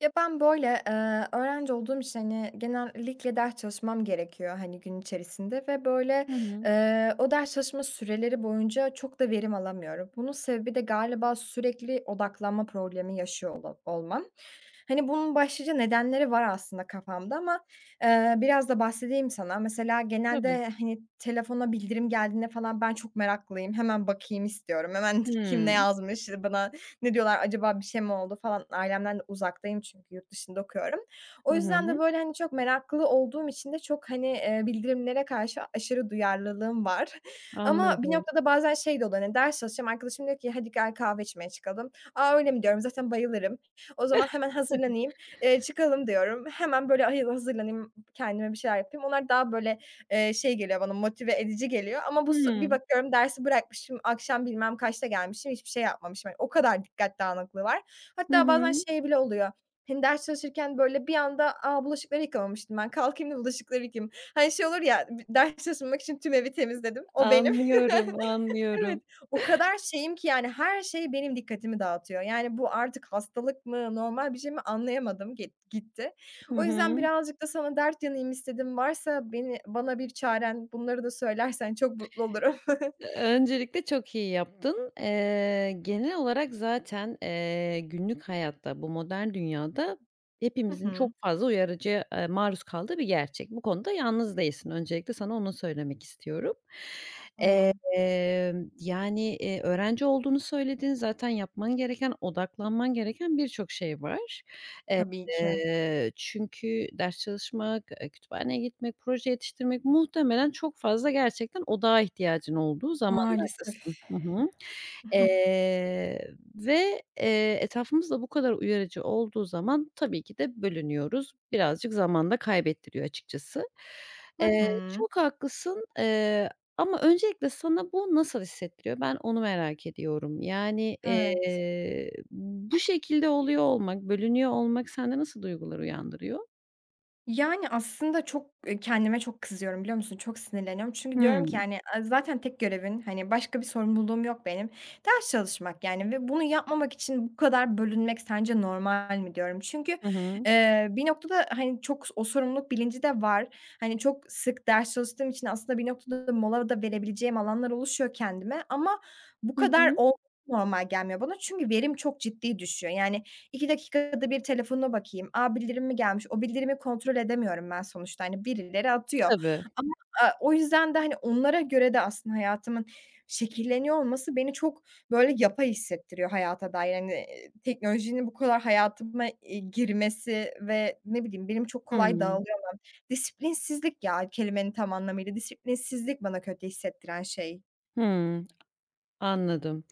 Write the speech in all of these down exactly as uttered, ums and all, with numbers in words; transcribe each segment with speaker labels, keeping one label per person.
Speaker 1: Ya, ben, böyle, eee, öğrenci olduğum için, hani, genellikle ders çalışmam gerekiyor, hani, gün içerisinde ve, böyle,
Speaker 2: Hı hı.
Speaker 1: eee, o ders çalışma süreleri boyunca çok da verim alamıyorum. Bunun sebebi de galiba sürekli odaklanma problemi yaşıyor ola olmam. Hani, bunun başlıca nedenleri var aslında kafamda ama, eee, biraz da bahsedeyim sana. Mesela
Speaker 2: Tabii.
Speaker 1: genelde, hani, telefona bildirim geldiğinde falan ben çok meraklıyım. Hemen bakayım istiyorum. Hemen kim ne
Speaker 2: Hımm.
Speaker 1: yazmış, bana ne diyorlar acaba bir şey mi oldu falan. Ailemden de uzaktayım çünkü yurt dışında okuyorum. O
Speaker 2: Hı
Speaker 1: yüzden de
Speaker 2: hı.
Speaker 1: böyle, hani, çok meraklı olduğum için de çok, hani, eee, bildirimlere karşı aşırı duyarlılığım var. Ama bir
Speaker 2: Anladım.
Speaker 1: noktada bazen şey de oluyor, hani, ders çalışacağım, arkadaşım diyor ki "Hadi gel kahve içmeye çıkalım." "A, öyle mi?" diyorum. Zaten bayılırım. O zaman hemen hazırlanayım, eee, çıkalım diyorum. Hemen böyle ay hazırlanayım, kendime bir şeyler yapayım. Onlar daha böyle eee, şey geliyor bana, motive edici geliyor ama bu s bir
Speaker 2: Hımm.
Speaker 1: bakıyorum dersi bırakmışım, akşam bilmem kaçta gelmişim, hiçbir şey yapmamışım. Hani o kadar dikkat dağınıklığı var.
Speaker 2: Hı
Speaker 1: Hatta bazen
Speaker 2: hı.
Speaker 1: şey bile oluyor, hani, ders çalışırken böyle bir anda, "A, bulaşıkları yıkamamıştım ben, kalkayım da bulaşıkları yıkayayım." Hani, şey olur ya, b ders çalışmamak için tüm evi temizledim, o benim.
Speaker 2: Anlıyorum,
Speaker 1: Evet,
Speaker 2: anlıyorum.
Speaker 1: o kadar şeyim ki yani her şey benim dikkatimi dağıtıyor. Yani bu artık hastalık mı, normal bir şey mi anlayamadım git gitti.
Speaker 2: Hı
Speaker 1: O yüzden
Speaker 2: hı.
Speaker 1: birazcık da sana dert yanayım istedim. Varsa beni bana bir çaren bunları da söylersen çok mutlu olurum.
Speaker 2: Öncelikle çok iyi yaptın. Eee, genel olarak zaten, eee, günlük hayatta, bu modern dünyada
Speaker 1: Hı
Speaker 2: hepimizin
Speaker 1: hı.
Speaker 2: çok fazla uyarıcıya, eee, maruz kaldığı bir gerçek. Bu konuda yalnız değilsin. Öncelikle sana onu söylemek istiyorum.
Speaker 1: A,
Speaker 2: Emm, yani, eee, öğrenci olduğunu söyledin. Zaten yapman gereken, odaklanman gereken birçok şey var.
Speaker 1: tabii ki.
Speaker 2: Eee, çünkü ders çalışmak, eee, kütüphaneye gitmek, proje yetiştirmek muhtemelen çok fazla gerçekten odağa ihtiyacın olduğu
Speaker 1: Maalesef.
Speaker 2: zamanlardasın. Hı hı.
Speaker 1: Hı hı.
Speaker 2: Eee, ve, eee, etrafımız da bu kadar uyarıcı olduğu zaman tabii ki de bölünüyoruz. Birazcık zaman da kaybettiriyor açıkçası.
Speaker 1: Hı
Speaker 2: Eee,
Speaker 1: hı.
Speaker 2: çok haklısın, eee, ama öncelikle sana bu nasıl hissettiriyor? Ben onu merak ediyorum. Yani,
Speaker 1: Evet.
Speaker 2: eee, bu şekilde oluyor olmak, bölünüyor olmak sende nasıl duygular uyandırıyor?
Speaker 1: Yani, aslında çok, eee, kendime çok kızıyorum, biliyor musun? Çok sinirleniyorum. Çünkü diyorum ki,
Speaker 2: Hımm.
Speaker 1: yani, eee, zaten tek görevin, hani, başka bir sorumluluğum yok benim. Ders çalışmak, yani, ve bunu yapmamak için bu kadar bölünmek sence normal mi diyorum. Çünkü,
Speaker 2: Hı hı.
Speaker 1: eee, bir noktada, hani, çok o sorumluluk bilinci de var. Hani, çok sık ders çalıştığım için aslında bir noktada da mola da verebileceğim alanlar oluşuyor kendime ama bu
Speaker 2: Hı
Speaker 1: kadar
Speaker 2: hı.
Speaker 1: ol normal gelmiyor bana. Çünkü verim çok ciddi düşüyor. Yani, iki dakikada bir telefonuma bakayım. A, bildirim mi gelmiş? O bildirimi kontrol edemiyorum ben sonuçta, hani, birileri atıyor
Speaker 2: Tabii.
Speaker 1: ama, aaa, o yüzden de, hani, onlara göre de aslında hayatımın şekilleniyor olması beni çok, böyle, yapay hissettiriyor hayata dair. Hani, eee, teknolojinin bu kadar hayatıma, eee, girmesi ve ne bileyim, benim çok kolay
Speaker 2: Hımm.
Speaker 1: dağılıyorum. Disiplinsizlik ya kelimenin tam anlamıyla. Disiplinsizlik bana kötü hissettiren şey.
Speaker 2: Hımm. Anladım.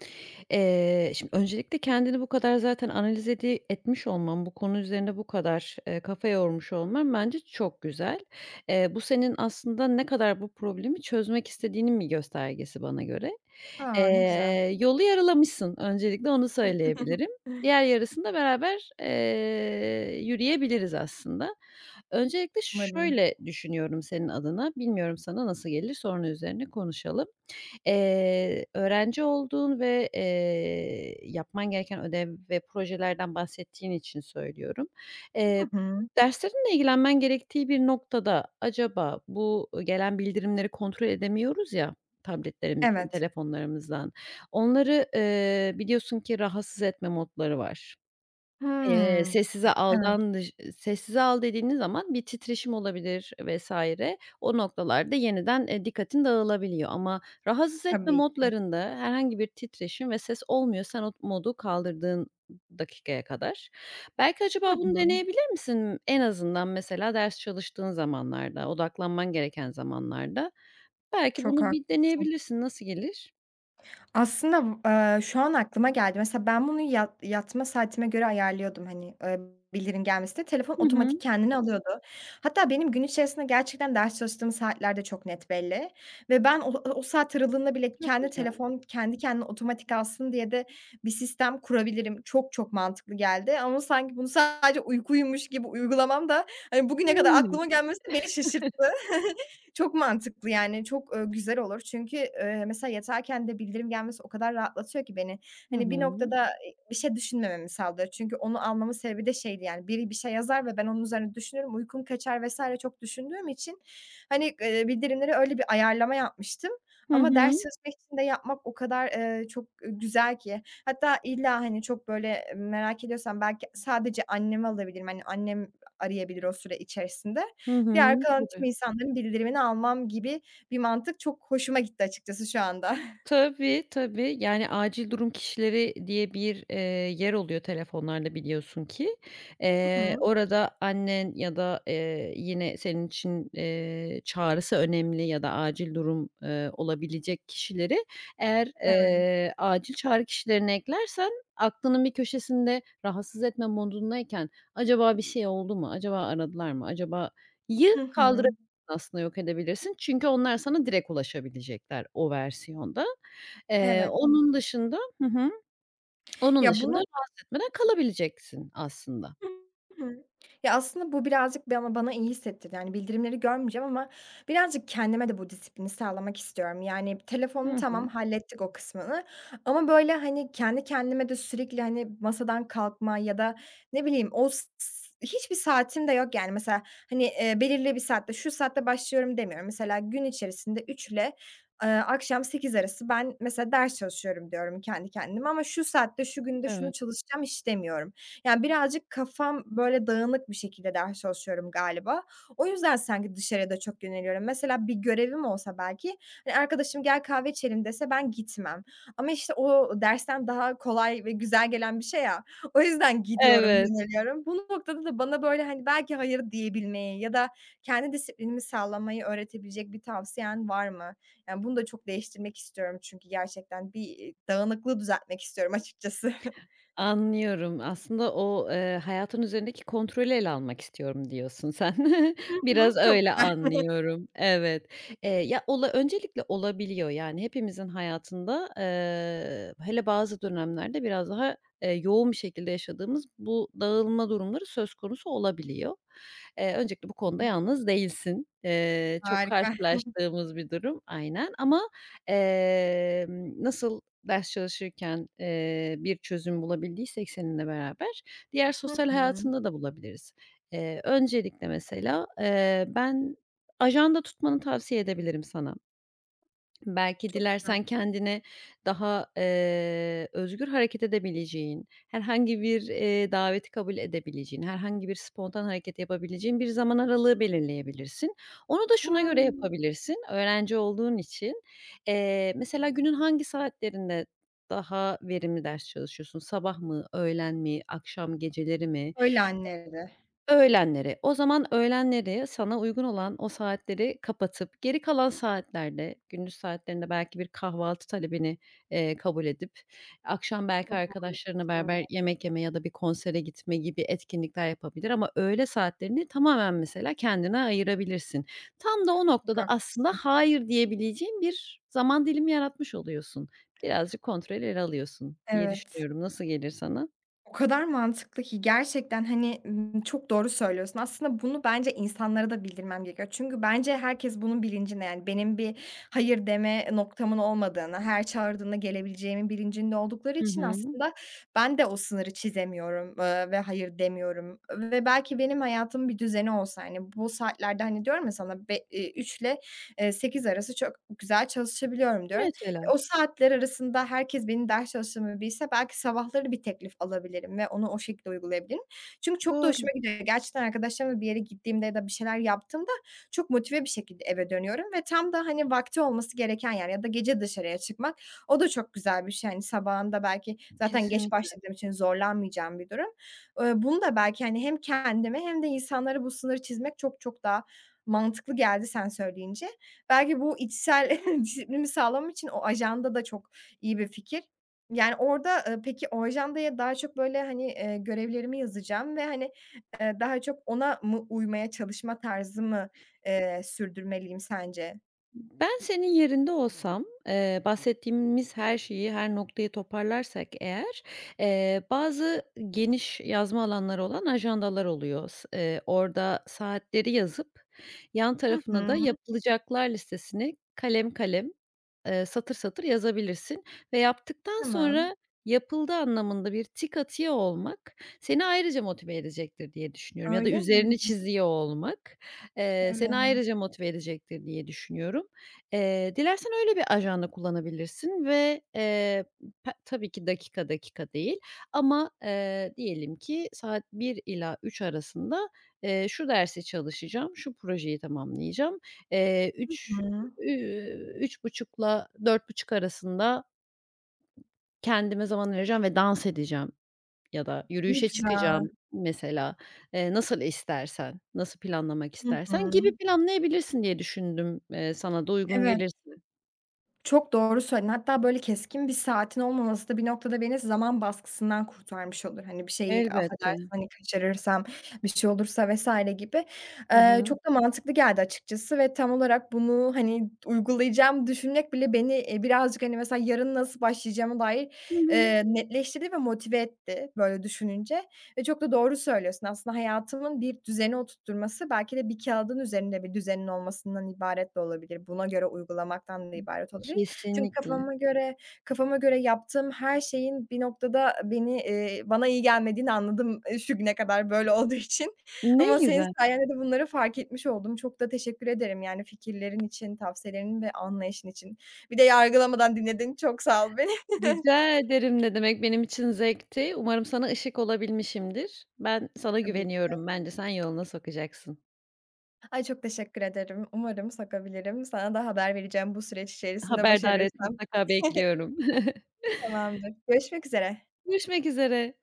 Speaker 2: Eee, şimdi öncelikle kendini bu kadar zaten analiz edi etmiş olman, bu konu üzerine bu kadar, eee, kafa yormuş olman bence çok güzel. Eee, bu senin aslında ne kadar bu problemi çözmek istediğinin bir göstergesi bana göre.
Speaker 1: A, ne güzel.
Speaker 2: Eee, yolu yarılamışsın, öncelikle onu söyleyebilirim. Diğer yarısında beraber, eee, yürüyebiliriz aslında. Öncelikle
Speaker 1: Umarım.
Speaker 2: şöyle düşünüyorum senin adına, bilmiyorum sana nasıl gelir, sonra üzerine konuşalım. Eee, öğrenci olduğun ve, eee, yapman gereken ödev ve projelerden bahsettiğin için söylüyorum. Eee,
Speaker 1: Hı hı.
Speaker 2: Derslerinle ilgilenmen gerektiği bir noktada acaba bu, gelen bildirimleri kontrol edemiyoruz ya tabletlerimizden,
Speaker 1: Evet.
Speaker 2: telefonlarımızdan. Onları, eee, biliyorsun ki rahatsız etme modları var. Eee,
Speaker 1: Hımm.
Speaker 2: sessize
Speaker 1: Evet.
Speaker 2: aldan dış Sessize al dediğiniz zaman bir titreşim olabilir vesaire. O noktalarda yeniden, eee, dikkatin dağılabiliyor ama rahatsız etme
Speaker 1: Tabii ki.
Speaker 2: modlarında herhangi bir titreşim ve ses olmuyor sen o modu kaldırdığın dakikaya kadar. Belki
Speaker 1: Hı
Speaker 2: acaba bunu
Speaker 1: hı.
Speaker 2: deneyebilir misin? En azından mesela ders çalıştığın zamanlarda, odaklanman gereken zamanlarda belki
Speaker 1: Çok
Speaker 2: bunu bir
Speaker 1: haklısın.
Speaker 2: deneyebilirsin. Nasıl gelir?
Speaker 1: Aslında, eee, şu an aklıma geldi. Mesela ben bunu yat yatma saatime göre ayarlıyordum, hani, eee, bildirim gelmesini. Telefon
Speaker 2: Hı
Speaker 1: otomatik
Speaker 2: hı.
Speaker 1: kendini alıyordu. Hatta benim gün içerisinde gerçekten ders çalıştığım saatler de çok net belli ve ben o o saat aralığında bile
Speaker 2: Çok
Speaker 1: kendi
Speaker 2: güzel.
Speaker 1: telefon kendi kendine otomatik alsın diye de bir sistem kurabilirim. Çok çok mantıklı geldi ama sanki bunu sadece uyku uyumuş gibi uygulamam da, hani, bugüne kadar
Speaker 2: Hımm.
Speaker 1: aklıma gelmesi beni şaşırttı. Çok mantıklı yani, çok, eee, güzel olur. Çünkü, eee, mesela yatarken de bildirim gelmesi o kadar rahatlatıyor ki beni.
Speaker 2: Hı
Speaker 1: Hani, bir
Speaker 2: hı.
Speaker 1: noktada, eee, bir şey düşünmememi sağlıyor. Çünkü onu almamın sebebi de şeydi yani, biri bir şey yazar ve ben onun üzerine düşünürüm, uykum kaçar vesaire çok düşündüğüm için, hani, eee, bildirimleri öyle bir ayarlama yapmıştım
Speaker 2: Hı
Speaker 1: ama ders
Speaker 2: hı.
Speaker 1: çalışmak için de yapmak o kadar, eee, çok, eee, güzel ki. Hatta illa, hani, çok böyle merak ediyorsam belki sadece annemi alabilirim. Hani, annem arayabilir o süre içerisinde.
Speaker 2: Hı
Speaker 1: Diğer
Speaker 2: hı.
Speaker 1: kalan tüm
Speaker 2: Tabii.
Speaker 1: insanların bildirimini almam gibi bir mantık çok hoşuma gitti açıkçası şu anda.
Speaker 2: Tabii, tabii. Yani, acil durum kişileri diye bir, eee, yer oluyor telefonlarda biliyorsun ki.
Speaker 1: Hı
Speaker 2: Eee,
Speaker 1: hı.
Speaker 2: orada annen ya da, eee, yine senin için, eee, çağrısı önemli ya da acil durum, eee, olabilecek kişileri eğer,
Speaker 1: Evet.
Speaker 2: eee, acil çağrı kişilerine eklersen aklının bir köşesinde rahatsız etme modundayken acaba bir şey oldu mu, acaba aradılar mı, acaba yı
Speaker 1: Hı hı.
Speaker 2: kaldırabilirsin aslında yok edebilirsin. Çünkü onlar sana direkt ulaşabilecekler o versiyonda. Eee,
Speaker 1: Evet.
Speaker 2: onun dışında Hı hı. Onun
Speaker 1: Ya,
Speaker 2: dışında
Speaker 1: bunu.
Speaker 2: rahatsız etmeden kalabileceksin aslında.
Speaker 1: Hı hı. Ya, aslında bu birazcık bana bana iyi hissettirdi. Yani, bildirimleri görmeyeceğim ama birazcık kendime de bu disiplini sağlamak istiyorum. Yani, telefonu
Speaker 2: Hı
Speaker 1: tamam,
Speaker 2: hı.
Speaker 1: hallettik o kısmını ama, böyle, hani, kendi kendime de sürekli, hani, masadan kalkma ya da ne bileyim o s s hiçbir saatim de yok, yani. Mesela, hani, eee, belirli bir saatte, şu saatte başlıyorum demiyorum. Mesela gün içerisinde üçle, eee, akşam sekiz arası ben mesela ders çalışıyorum diyorum kendi kendime ama şu saatte, şu günde şunu
Speaker 2: Evet.
Speaker 1: çalışacağım hiç demiyorum. Yani, birazcık kafam, böyle, dağınık bir şekilde ders çalışıyorum galiba. O yüzden sanki dışarıya da çok yöneliyorum. Mesela bir görevim olsa belki, hani, arkadaşım "Gel kahve içelim." dese ben gitmem. Ama, işte, o dersten daha kolay ve güzel gelen bir şey ya, o yüzden gidiyorum,
Speaker 2: Evet.
Speaker 1: yöneliyorum. Bu noktada da bana, böyle, hani, belki hayır diyebilmeyi ya da kendi disiplinimi sağlamayı öğretebilecek bir tavsiyen var mı? Yani, bunu da çok değiştirmek istiyorum çünkü gerçekten bir, iii, dağınıklığı düzeltmek istiyorum açıkçası.
Speaker 2: Anlıyorum. Aslında o, eee, hayatın üzerindeki kontrolü ele almak istiyorum diyorsun sen.
Speaker 1: Hı hı.
Speaker 2: Biraz
Speaker 1: Çok
Speaker 2: öyle anlıyorum. Evet. Eee, ya, ola öncelikle olabiliyor. Yani hepimizin hayatında, eee, hele bazı dönemlerde biraz daha, eee, yoğun bir şekilde yaşadığımız bu dağılma durumları söz konusu olabiliyor. Eee, öncelikle bu konuda
Speaker 1: güzel.
Speaker 2: yalnız değilsin. Eee, çok
Speaker 1: Harika.
Speaker 2: karşılaştığımız bir durum. Aynen ama, emm, nasıl ders çalışırken, eee, bir çözüm bulabildiysek seninle beraber, diğer
Speaker 1: Hı
Speaker 2: sosyal
Speaker 1: hı.
Speaker 2: hayatında da bulabiliriz. Eee, öncelikle mesela, eee, ben ajanda tutmanı tavsiye edebilirim sana. Belki
Speaker 1: Çok güzel.
Speaker 2: dilersen kendine daha, eee, özgür hareket edebileceğin, herhangi bir, eee, daveti kabul edebileceğin, herhangi bir spontan hareket yapabileceğin bir zaman aralığı belirleyebilirsin. Onu da şuna göre
Speaker 1: Hımm.
Speaker 2: yapabilirsin, öğrenci olduğun için, eee, mesela günün hangi saatlerinde daha verimli ders çalışıyorsun? Sabah mı, öğlen mi, akşam, geceleri mi?
Speaker 1: Öyle anneleri.
Speaker 2: Öğlenleri. O zaman öğlenleri sana uygun olan o saatleri kapatıp geri kalan saatlerde, gündüz saatlerinde belki bir kahvaltı talebini, eee, kabul edip akşam belki
Speaker 1: Çok
Speaker 2: arkadaşlarınla
Speaker 1: güzel,
Speaker 2: beraber yemek yeme ya da bir konsere gitme gibi etkinlikler yapabilir ama öğle saatlerini tamamen mesela kendine ayırabilirsin. Tam da o
Speaker 1: çok
Speaker 2: noktada aslında
Speaker 1: haklısın.
Speaker 2: hayır diyebileceğin bir zaman dilimi yaratmış oluyorsun. Birazcık kontrol ele alıyorsun diye
Speaker 1: Evet.
Speaker 2: düşünüyorum. Nasıl gelir sana?
Speaker 1: O kadar mantıklı ki gerçekten, hani, ımm, çok doğru söylüyorsun. Aslında bunu bence insanlara da bildirmem gerekiyor. Çünkü bence herkes bunun bilincinde, yani, benim bir hayır deme noktamın olmadığını, her çağırdığında gelebileceğimin bilincinde oldukları
Speaker 2: Hı
Speaker 1: için
Speaker 2: hı.
Speaker 1: aslında ben de o sınırı çizemiyorum, eee, ve hayır demiyorum ve belki benim hayatımın bir düzeni olsa, hani, bu saatlerde, hani, diyorum ya sana be eee, üçle, eee, sekiz arası çok güzel çalışabiliyorum diyorum.
Speaker 2: Mesela.
Speaker 1: O saatler arasında herkes benim ders çalıştığımı bilse belki sabahları bir teklif alabilirim ve onu o şekilde uygulayabilirim. Çünkü çok da
Speaker 2: Doğru.
Speaker 1: hoşuma gidiyor. Gerçekten arkadaşlarımla bir yere gittiğimde ya da bir şeyler yaptığımda çok motive bir şekilde eve dönüyorum ve tam da, hani, vakti olması gereken yer ya da gece dışarıya çıkmak o da çok güzel bir şey. Hani, sabahında belki zaten geç
Speaker 2: Kesinlikle.
Speaker 1: başladığım için zorlanmayacağım bir durum. Eee, bunu da belki, hani, hem kendime hem de insanlara bu sınırı çizmek çok çok daha mantıklı geldi sen söyleyince. Belki bu içsel disiplinimi sağlamam için o ajanda da çok iyi bir fikir. Yani, orada, eee, peki o ajandaya daha çok, böyle, hani, eee, görevlerimi yazacağım ve, hani, eee, daha çok ona mı uymaya çalışma tarzımı, eee, sürdürmeliyim sence?
Speaker 2: Ben senin yerinde olsam, eee, bahsettiğimiz her şeyi, her noktayı toparlarsak eğer, eee, bazı geniş yazma alanları olan ajandalar oluyor. S eee, Orada saatleri yazıp yan
Speaker 1: Hı
Speaker 2: tarafına da
Speaker 1: hı.
Speaker 2: yapılacaklar listesini kalem kalem, eee, satır satır yazabilirsin ve yaptıktan
Speaker 1: Tamam.
Speaker 2: sonra yapıldı anlamında bir tik atıyor olmak seni ayrıca motive edecektir diye düşünüyorum ya da
Speaker 1: Öyle mi?
Speaker 2: üzerini çiziyor olmak, eee, seni
Speaker 1: Evet.
Speaker 2: ayrıca motive edecektir diye düşünüyorum. Eee, dilersen öyle bir ajanda kullanabilirsin ve, eee, pe tabii ki dakika dakika değil ama, eee, diyelim ki saat bir ila üç arasında, eee, şu dersi çalışacağım, şu projeyi tamamlayacağım, eee,
Speaker 1: Hı
Speaker 2: üç
Speaker 1: hı.
Speaker 2: üüü, üç buçukla dört buçuk arasında kendime zaman ayıracağım ve dans edeceğim ya da
Speaker 1: Ne
Speaker 2: yürüyüşe
Speaker 1: güzel.
Speaker 2: çıkacağım mesela. Eee, nasıl istersen, nasıl planlamak
Speaker 1: Hı
Speaker 2: istersen
Speaker 1: hı.
Speaker 2: gibi planlayabilirsin diye düşündüm. Eee, sana da uygun
Speaker 1: Evet.
Speaker 2: gelirse.
Speaker 1: Çok doğru söyledin. Hatta böyle keskin bir saatin olmaması da bir noktada beni zaman baskısından kurtarmış olur. Hani bir şeyi
Speaker 2: Elbette.
Speaker 1: affedersin, hani, kaçırırsam, bir şey olursa vesaire gibi.
Speaker 2: Hı
Speaker 1: Eee,
Speaker 2: hı.
Speaker 1: çok da mantıklı geldi açıkçası ve tam olarak bunu, hani, uygulayacağım düşünmek bile beni, eee, birazcık, hani, mesela yarın nasıl başlayacağıma dair,
Speaker 2: Hı hı.
Speaker 1: eee, netleştirdi ve motive etti böyle düşününce. Ve çok da doğru söylüyorsun. Aslında hayatımın bir düzeni oturtturması belki de bir kâğıdın üzerinde bir düzenin olmasından ibaret de olabilir. Buna göre uygulamaktan da ibaret olabilir. Çünkü
Speaker 2: Kesinlikle.
Speaker 1: kafama göre kafama göre yaptığım her şeyin bir noktada beni, eee, bana iyi gelmediğini anladım, eee, şu güne kadar böyle olduğu için.
Speaker 2: Ne
Speaker 1: Ama senin
Speaker 2: güzel.
Speaker 1: sayende de bunları fark etmiş oldum. Çok da teşekkür ederim, yani, fikirlerin için, tavsiyelerin ve anlayışın için. Bir de yargılamadan dinledin. Çok sağ ol beni.
Speaker 2: Rica ederim ne demek, benim için zevkti. Umarım sana ışık olabilmişimdir. Ben sana
Speaker 1: Tabii.
Speaker 2: güveniyorum, bence sen yoluna sokacaksın.
Speaker 1: Ay, çok teşekkür ederim. Umarım sokabilirim. Sana da haber vereceğim bu süreç içerisinde
Speaker 2: Haberdar et,
Speaker 1: başarırsam.
Speaker 2: mutlaka bekliyorum.
Speaker 1: Tamamdır. Görüşmek üzere.
Speaker 2: Görüşmek üzere.